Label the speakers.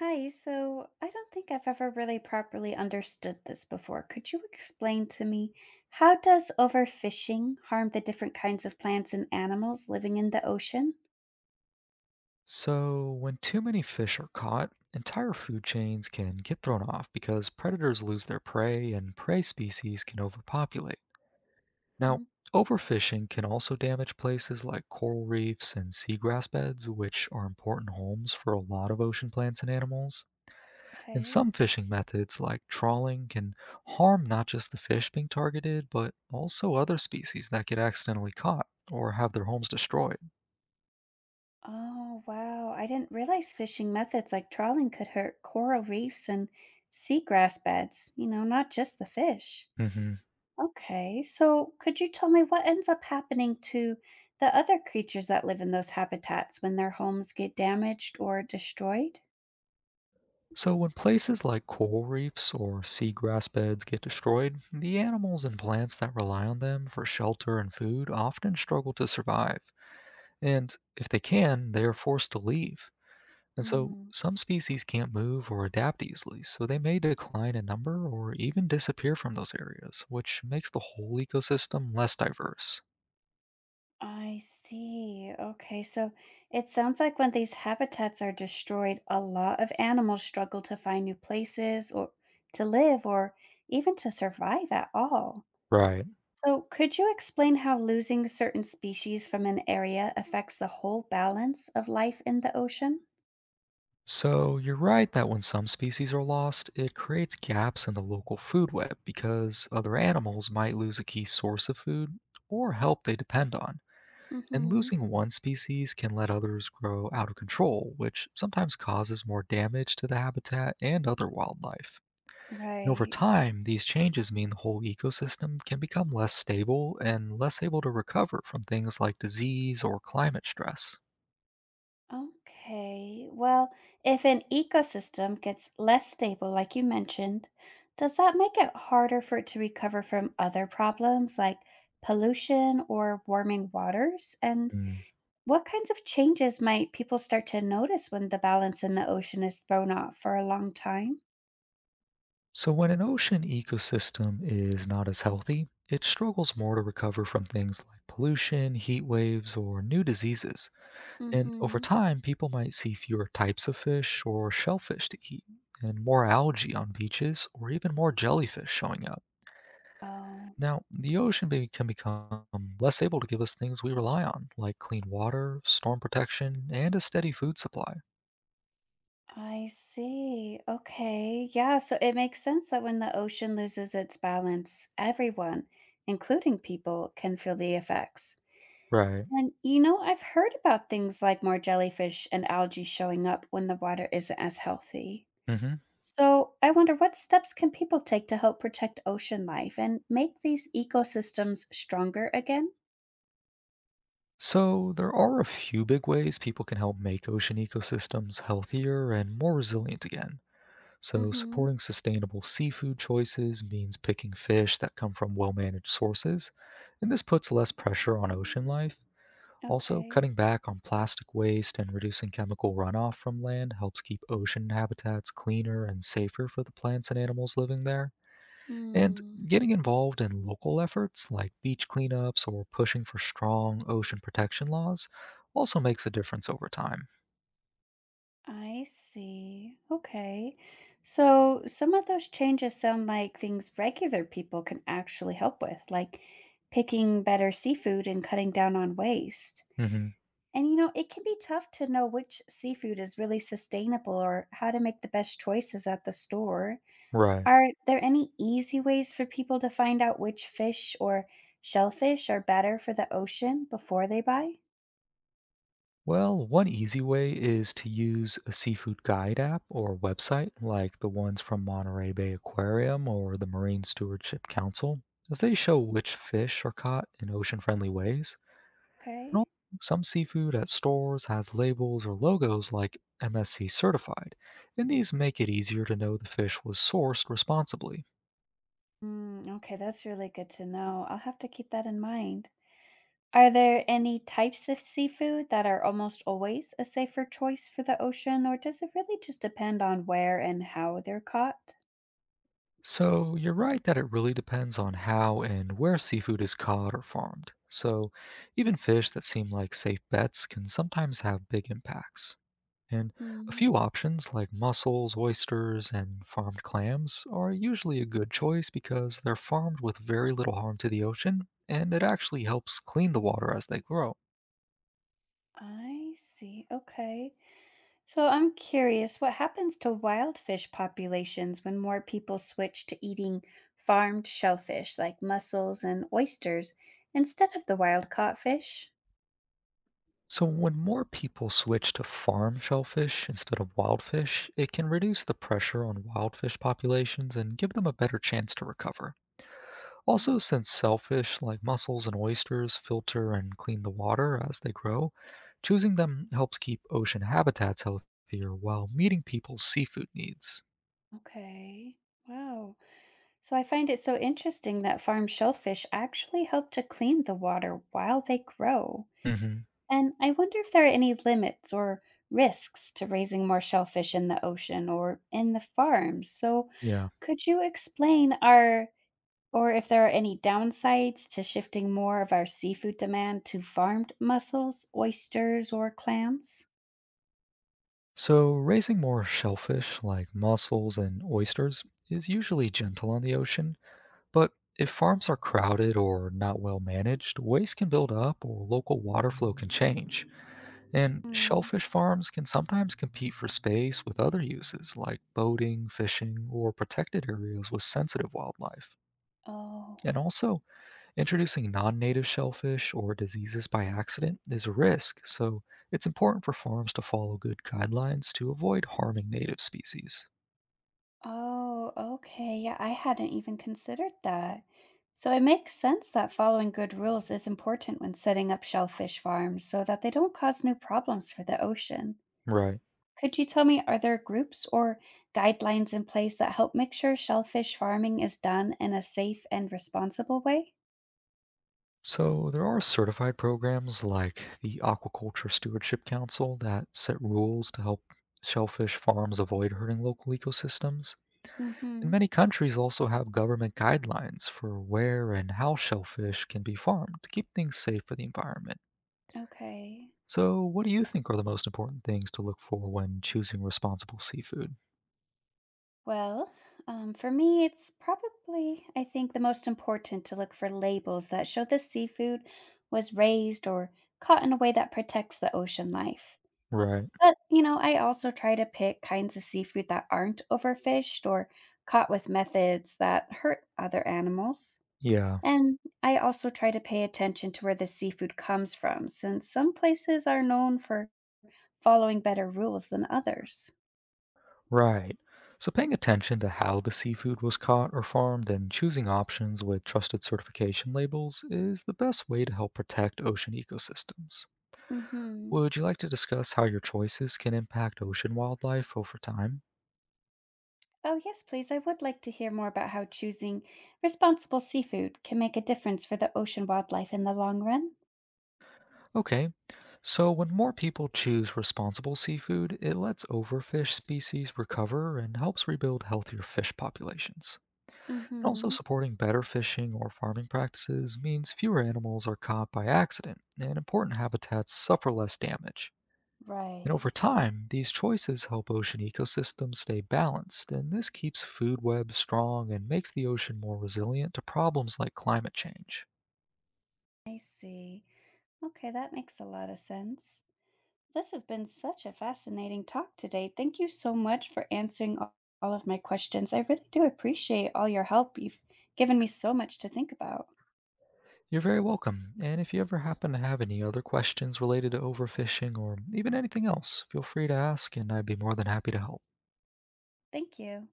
Speaker 1: Hi, so I don't think I've ever really properly understood this before. Could you explain to me how does overfishing harm the different kinds of plants and animals living in the ocean?
Speaker 2: So, when too many fish are caught, entire food chains can get thrown off because predators lose their prey and prey species can overpopulate. Now,
Speaker 1: Mm.
Speaker 2: overfishing can also damage places like coral reefs and seagrass beds, which are important homes for a lot of ocean plants and animals. And
Speaker 1: Okay.
Speaker 2: some fishing methods, like trawling, can harm not just the fish being targeted, but also other species that get accidentally caught or have their homes destroyed.
Speaker 1: Oh, wow. I didn't realize fishing methods like trawling could hurt coral reefs and seagrass beds, not just the fish.
Speaker 2: Mhm.
Speaker 1: Okay. So, could you tell me what ends up happening to the other creatures that live in those habitats when their homes get damaged or destroyed?
Speaker 2: So, when places like coral reefs or seagrass beds get destroyed, the animals and plants that rely on them for shelter and food often struggle to survive. And if they can, they are forced to leave. And so,
Speaker 1: Mm,
Speaker 2: some species can't move or adapt easily, so they may decline in number or even disappear from those areas, which makes the whole ecosystem less diverse.
Speaker 1: I see. Okay, so it sounds like when these habitats are destroyed, a lot of animals struggle to find new places or to live or even to survive at all.
Speaker 2: Right.
Speaker 1: So, could you explain how losing certain species from an area affects the whole balance of life in the ocean?
Speaker 2: So, you're right that when some species are lost, it creates gaps in the local food web because other animals might lose a key source of food or help they depend on. And
Speaker 1: Mm-hmm.
Speaker 2: losing one species can let others grow out of control, which sometimes causes more damage to the habitat and other wildlife. And over
Speaker 1: Right.
Speaker 2: time, these changes mean the whole ecosystem can become less stable and less able to recover from things like disease or climate stress.
Speaker 1: Okay. Well, if an ecosystem gets less stable, like you mentioned, does that make it harder for it to recover from other problems like pollution or warming waters? And what kinds of changes might people start to notice when the balance in the ocean is thrown off for a long time?
Speaker 2: So, when an ocean ecosystem is not as healthy, it struggles more to recover from things like pollution, heat waves, or new diseases. And over
Speaker 1: Mhm.
Speaker 2: time, people might see fewer types of fish or shellfish to eat, and more algae on beaches, or even more jellyfish showing up.
Speaker 1: Oh,
Speaker 2: Now, the can become less able to give us things we rely on, like clean water, storm protection, and a steady food supply.
Speaker 1: I see. Okay. Yeah. So it makes sense that when the ocean loses its balance, everyone, including people, can feel the effects.
Speaker 2: Right.
Speaker 1: And I've heard about things like more jellyfish and algae showing up when the water isn't as healthy.
Speaker 2: Hmm.
Speaker 1: So I wonder what steps can people take to help protect ocean life and make these ecosystems stronger again?
Speaker 2: So, there are a few big ways people can help make ocean ecosystems healthier and more resilient again. So,
Speaker 1: Mm-hmm.
Speaker 2: supporting sustainable seafood choices means picking fish that come from well managed sources, and this puts less pressure on ocean life. Also,
Speaker 1: Okay.
Speaker 2: cutting back on plastic waste and reducing chemical runoff from land helps keep ocean habitats cleaner and safer for the plants and animals living there. And
Speaker 1: Hmm.
Speaker 2: getting involved in local efforts like beach cleanups or pushing for strong ocean protection laws also makes a difference over time.
Speaker 1: I see. Okay. So some of those changes sound like things regular people can actually help with, like picking better seafood and cutting down on waste.
Speaker 2: Hmm.
Speaker 1: And it can be tough to know which seafood is really sustainable or how to make the best choices at the store.
Speaker 2: Right.
Speaker 1: Are there any easy ways for people to find out which fish or shellfish are better for the ocean before they buy?
Speaker 2: Well, one easy way is to use a seafood guide app or website like the ones from Monterey Bay Aquarium or the Marine Stewardship Council, as they show which fish are caught in ocean friendly ways. And
Speaker 1: Okay.
Speaker 2: also, some seafood at stores has labels or logos like MSC certified, and these make it easier to know the fish was sourced responsibly.
Speaker 1: Mm, okay, that's really good to know. I'll have to keep that in mind. Are there any types of seafood that are almost always a safer choice for the ocean, or does it really just depend on where and how they're caught?
Speaker 2: So, you're right that it really depends on how and where seafood is caught or farmed. So, even fish that seem like safe bets can sometimes have big impacts. And a
Speaker 1: Mm.
Speaker 2: few options like mussels, oysters, and farmed clams are usually a good choice because they're farmed with very little harm to the ocean and it actually helps clean the water as they grow.
Speaker 1: I see. Okay. So I'm curious, what happens to wild fish populations when more people switch to eating farmed shellfish like mussels and oysters instead of the wild caught fish?
Speaker 2: So, when more people switch to farm shellfish instead of wild fish, it can reduce the pressure on wild fish populations and give them a better chance to recover.
Speaker 1: Mm.
Speaker 2: Also, since shellfish like mussels and oysters filter and clean the water as they grow, choosing them helps keep ocean habitats healthier while meeting people's seafood needs.
Speaker 1: Okay. Wow. So I find it so interesting that farm shellfish actually help to clean the water while they grow.
Speaker 2: Hmm.
Speaker 1: And I wonder if there are any limits or risks to raising more shellfish in the ocean or in the farms. So
Speaker 2: Yeah.
Speaker 1: could you explain our or if there are any downsides to shifting more of our seafood demand to farmed mussels, oysters, or clams?
Speaker 2: So, raising more shellfish like mussels and oysters is usually gentle on the ocean, but if farms are crowded or not well managed, waste can build up or local water flow can change. And
Speaker 1: Hmm.
Speaker 2: shellfish farms can sometimes compete for space with other uses like boating, fishing, or protected areas with sensitive wildlife.
Speaker 1: Oh.
Speaker 2: And also, introducing non native shellfish or diseases by accident is a risk, so it's important for farms to follow good guidelines to avoid harming native species.
Speaker 1: Oh, okay. Yeah, I hadn't even considered that. So it makes sense that following good rules is important when setting up shellfish farms so that they don't cause new problems for the ocean.
Speaker 2: Right.
Speaker 1: Could you tell me, are there groups or guidelines in place that help make sure shellfish farming is done in a safe and responsible way?
Speaker 2: So, there are certified programs like the Aquaculture Stewardship Council that set rules to help shellfish farms avoid hurting local ecosystems.
Speaker 1: Mm
Speaker 2: And
Speaker 1: hmm.
Speaker 2: many countries also have government guidelines for where and how shellfish can be farmed to keep things safe for the environment.
Speaker 1: Okay.
Speaker 2: So, what do you think are the most important things to look for when choosing responsible seafood?
Speaker 1: Well, for me, it's probably, I think, the most important to look for labels that show the seafood was raised or caught in a way that protects the ocean life.
Speaker 2: Right.
Speaker 1: But, I also try to pick kinds of seafood that aren't overfished or caught with methods that hurt other animals.
Speaker 2: Yeah,
Speaker 1: And I also try to pay attention to where the seafood comes from, since some places are known for following better rules than others.
Speaker 2: right. So, paying attention to how the seafood was caught or farmed and choosing options with trusted certification labels is the best way to help protect ocean ecosystems.
Speaker 1: Mm hmm.
Speaker 2: Would you like to discuss how your choices can impact ocean wildlife over time?
Speaker 1: Oh, yes, please. I would like to hear more about how choosing responsible seafood can make a difference for the ocean wildlife in the long run.
Speaker 2: Okay, so when more people choose responsible seafood, it lets overfish species recover and helps rebuild healthier fish populations. And also,
Speaker 1: Mm-hmm.
Speaker 2: supporting better fishing or farming practices means fewer animals are caught by accident and important habitats suffer less damage. And
Speaker 1: Right.
Speaker 2: over time, these choices help ocean ecosystems stay balanced, and this keeps food webs strong and makes the ocean more resilient to problems like climate change.
Speaker 1: I see. Okay, that makes a lot of sense. This has been such a fascinating talk today. Thank you so much for answering all of my questions. I really do appreciate all your help. You've given me so much to think about.
Speaker 2: You're very welcome. And if you ever happen to have any other questions related to overfishing or even anything else, feel free to ask, and I'd be more than happy to help.
Speaker 1: Thank you.